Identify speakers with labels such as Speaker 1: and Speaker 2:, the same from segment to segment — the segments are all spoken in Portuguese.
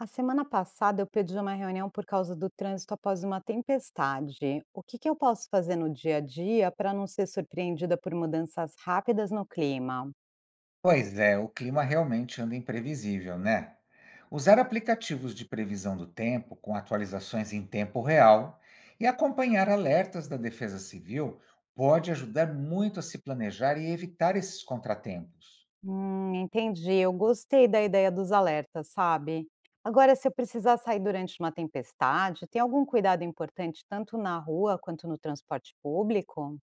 Speaker 1: A semana passada eu pedi uma reunião por causa do trânsito após uma tempestade. O que que eu posso fazer no dia a dia para não ser surpreendida por mudanças rápidas no clima?
Speaker 2: Pois é, o clima realmente anda imprevisível, né? Usar aplicativos de previsão do tempo, com atualizações em tempo real, e acompanhar alertas da Defesa Civil pode ajudar muito a se planejar e evitar esses contratempos.
Speaker 1: Entendi. Eu gostei da ideia dos alertas, sabe? Agora, se eu precisar sair durante uma tempestade, tem algum cuidado importante tanto na rua quanto no transporte público?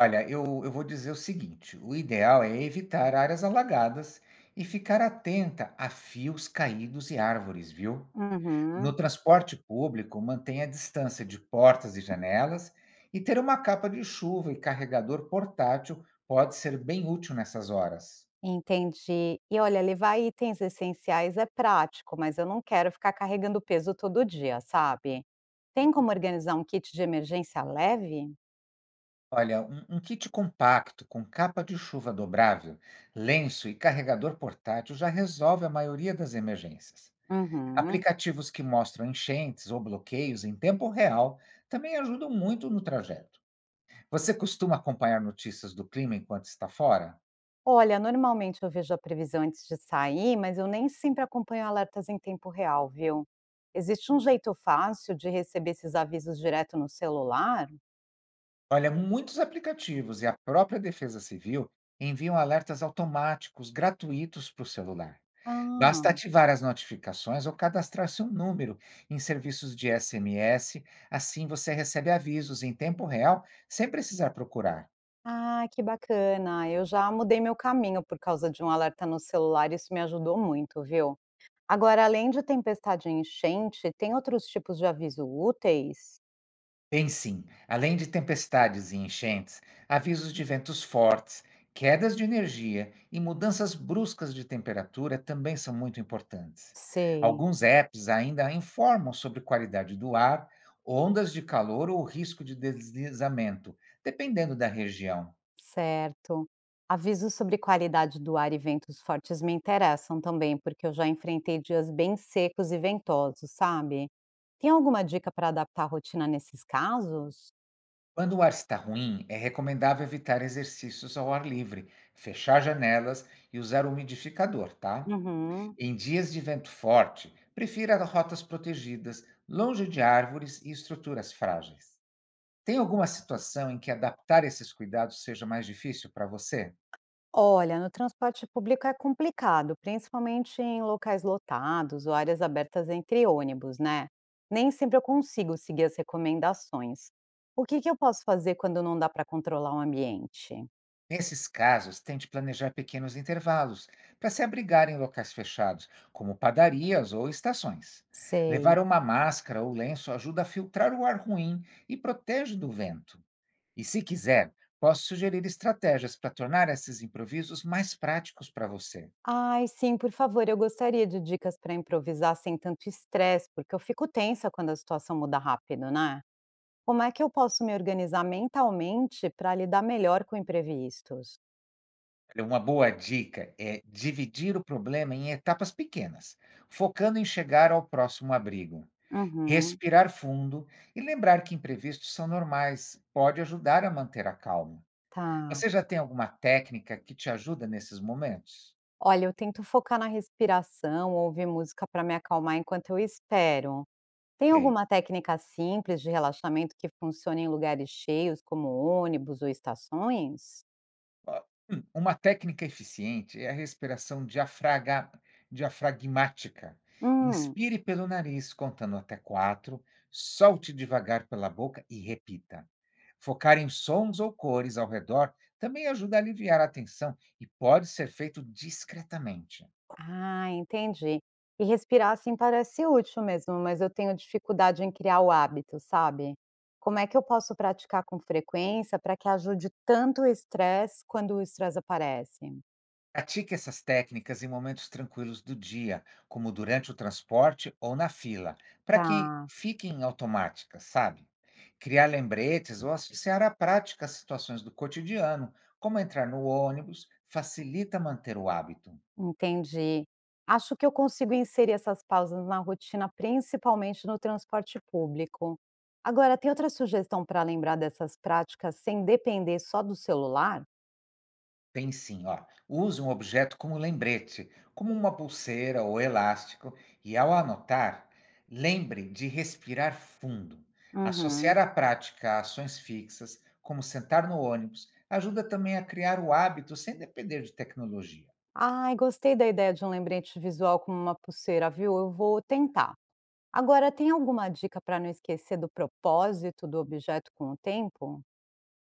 Speaker 2: Olha, eu vou dizer o seguinte: o ideal é evitar áreas alagadas e ficar atenta a fios caídos e árvores, viu?
Speaker 1: Uhum.
Speaker 2: No transporte público, mantenha a distância de portas e janelas e ter uma capa de chuva e carregador portátil pode ser bem útil nessas horas.
Speaker 1: Entendi. E olha, levar itens essenciais é prático, mas eu não quero ficar carregando peso todo dia, sabe? Tem como organizar um kit de emergência leve?
Speaker 2: Olha, um kit compacto com capa de chuva dobrável, lenço e carregador portátil já resolve a maioria das emergências.
Speaker 1: Uhum.
Speaker 2: Aplicativos que mostram enchentes ou bloqueios em tempo real também ajudam muito no trajeto. Você costuma acompanhar notícias do clima enquanto está fora?
Speaker 1: Olha, normalmente eu vejo a previsão antes de sair, mas eu nem sempre acompanho alertas em tempo real, viu? Existe um jeito fácil de receber esses avisos direto no celular?
Speaker 2: Olha, muitos aplicativos e a própria Defesa Civil enviam alertas automáticos gratuitos para o celular. Basta
Speaker 1: Ah,
Speaker 2: ativar as notificações ou cadastrar seu número em serviços de SMS, assim você recebe avisos em tempo real sem precisar procurar.
Speaker 1: ah, que bacana. Eu já mudei meu caminho por causa de um alerta no celular, isso me ajudou muito, viu? Agora, além de tempestade e enchente, tem outros tipos de aviso úteis?
Speaker 2: Tem sim, além de tempestades e enchentes, avisos de ventos fortes, quedas de energia e mudanças bruscas de temperatura também são muito importantes.
Speaker 1: Sei.
Speaker 2: Alguns apps ainda informam sobre qualidade do ar, ondas de calor ou risco de deslizamento, dependendo da região.
Speaker 1: Certo. Avisos sobre qualidade do ar e ventos fortes me interessam também, porque eu já enfrentei dias bem secos e ventosos, sabe? Tem alguma dica para adaptar a rotina nesses casos?
Speaker 2: Quando o ar está ruim, é recomendável evitar exercícios ao ar livre, fechar janelas e usar umidificador, tá?
Speaker 1: Uhum.
Speaker 2: Em dias de vento forte, prefira rotas protegidas, longe de árvores e estruturas frágeis. Tem alguma situação em que adaptar esses cuidados seja mais difícil para você?
Speaker 1: Olha, no transporte público é complicado, principalmente em locais lotados ou áreas abertas entre ônibus, né? Nem sempre eu consigo seguir as recomendações. O que que eu posso fazer quando não dá para controlar o ambiente?
Speaker 2: Nesses casos, tente planejar pequenos intervalos para se abrigar em locais fechados, como padarias ou estações.
Speaker 1: Sei.
Speaker 2: Levar uma máscara ou lenço ajuda a filtrar o ar ruim e protege do vento. E se quiser, posso sugerir estratégias para tornar esses improvisos mais práticos para você.
Speaker 1: Ai, sim, por favor, eu gostaria de dicas para improvisar sem tanto estresse, porque eu fico tensa quando a situação muda rápido, né? Como é que eu posso me organizar mentalmente para lidar melhor com imprevistos?
Speaker 2: Olha, uma boa dica é dividir o problema em etapas pequenas, focando em chegar ao próximo abrigo.
Speaker 1: Uhum,
Speaker 2: Respirar fundo e lembrar que imprevistos são normais, pode ajudar a manter a calma.
Speaker 1: tá.
Speaker 2: Você já tem alguma técnica que te ajuda nesses momentos?
Speaker 1: Olha, eu tento focar na respiração, ouvir música para me acalmar enquanto eu espero. Tem
Speaker 2: Ok.
Speaker 1: alguma técnica simples de relaxamento que funcione em lugares cheios, como ônibus ou estações?
Speaker 2: Ó, uma técnica eficiente é a respiração diafraga diafragmática.
Speaker 1: Hum,
Speaker 2: Inspire pelo nariz, contando até 4, solte devagar pela boca e repita. Focar em sons ou cores ao redor também ajuda a aliviar a tensão e pode ser feito discretamente.
Speaker 1: ah, entendi. E respirar assim parece útil mesmo, mas eu tenho dificuldade em criar o hábito, sabe? Como é que eu posso praticar com frequência para que ajude tanto o estresse quando o estresse aparece?
Speaker 2: Pratique essas técnicas em momentos tranquilos do dia, como durante o transporte ou na fila, para que
Speaker 1: Tá.
Speaker 2: fiquem automáticas, sabe? Criar lembretes ou associar a prática às situações do cotidiano, como entrar no ônibus, facilita manter o hábito.
Speaker 1: Entendi. Acho que eu consigo inserir essas pausas na rotina, principalmente no transporte público. Agora, tem outra sugestão para lembrar dessas práticas sem depender só do celular?
Speaker 2: Tem sim, ó. Use um objeto como lembrete, como uma pulseira ou elástico, e ao anotar, lembre de respirar fundo. Associar
Speaker 1: Uhum.
Speaker 2: a prática a ações fixas, como sentar no ônibus, ajuda também a criar o hábito sem depender de tecnologia.
Speaker 1: Ai, gostei da ideia de um lembrete visual como uma pulseira, viu? Eu vou tentar. Agora, tem alguma dica para não esquecer do propósito do objeto com o tempo?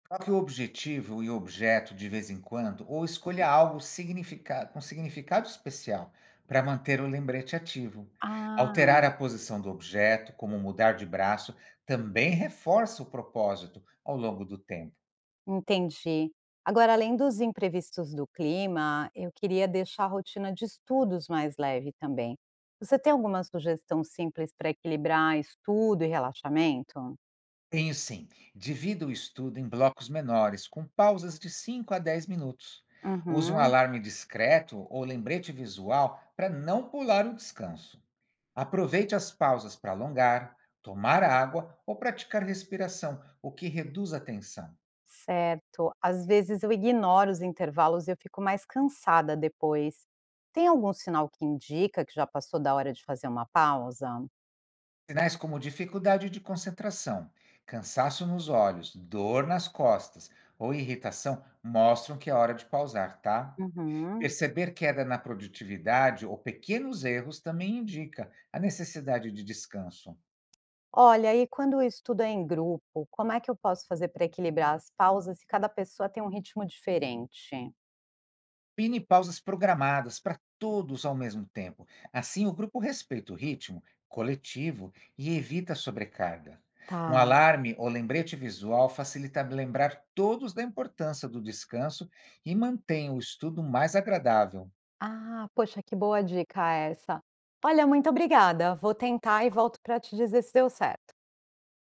Speaker 2: Troque o objetivo e o objeto de vez em quando, ou escolha com significado especial para manter o lembrete ativo.
Speaker 1: Ah.
Speaker 2: Alterar a posição do objeto, como mudar de braço, também reforça o propósito ao longo do tempo.
Speaker 1: Entendi. Agora, além dos imprevistos do clima, eu queria deixar a rotina de estudos mais leve também. Você tem alguma sugestão simples para equilibrar estudo e relaxamento?
Speaker 2: Tenho sim. Divida o estudo em blocos menores, com pausas de 5 a 10 minutos. Use um
Speaker 1: Uhum,
Speaker 2: alarme discreto ou lembrete visual para não pular o descanso. Aproveite as pausas para alongar, tomar água ou praticar respiração, o que reduz a tensão.
Speaker 1: certo. Às vezes eu ignoro os intervalos e eu fico mais cansada depois. Tem algum sinal que indica que já passou da hora de fazer uma pausa?
Speaker 2: Sinais como dificuldade de concentração, cansaço nos olhos, dor nas costas ou irritação mostram que é hora de pausar, tá?
Speaker 1: Uhum.
Speaker 2: Perceber queda na produtividade ou pequenos erros também indica a necessidade de descanso.
Speaker 1: Olha, e quando o estudo é em grupo, como é que eu posso fazer para equilibrar as pausas se cada pessoa tem um ritmo diferente?
Speaker 2: Combine pausas programadas para todos ao mesmo tempo. Assim, o grupo respeita o ritmo coletivo e evita a sobrecarga. Um
Speaker 1: Tá.
Speaker 2: alarme ou lembrete visual facilita lembrar todos da importância do descanso e mantém o estudo mais agradável.
Speaker 1: Ah, poxa, que boa dica essa. Olha, muito obrigada. Vou tentar e volto para te dizer se deu certo.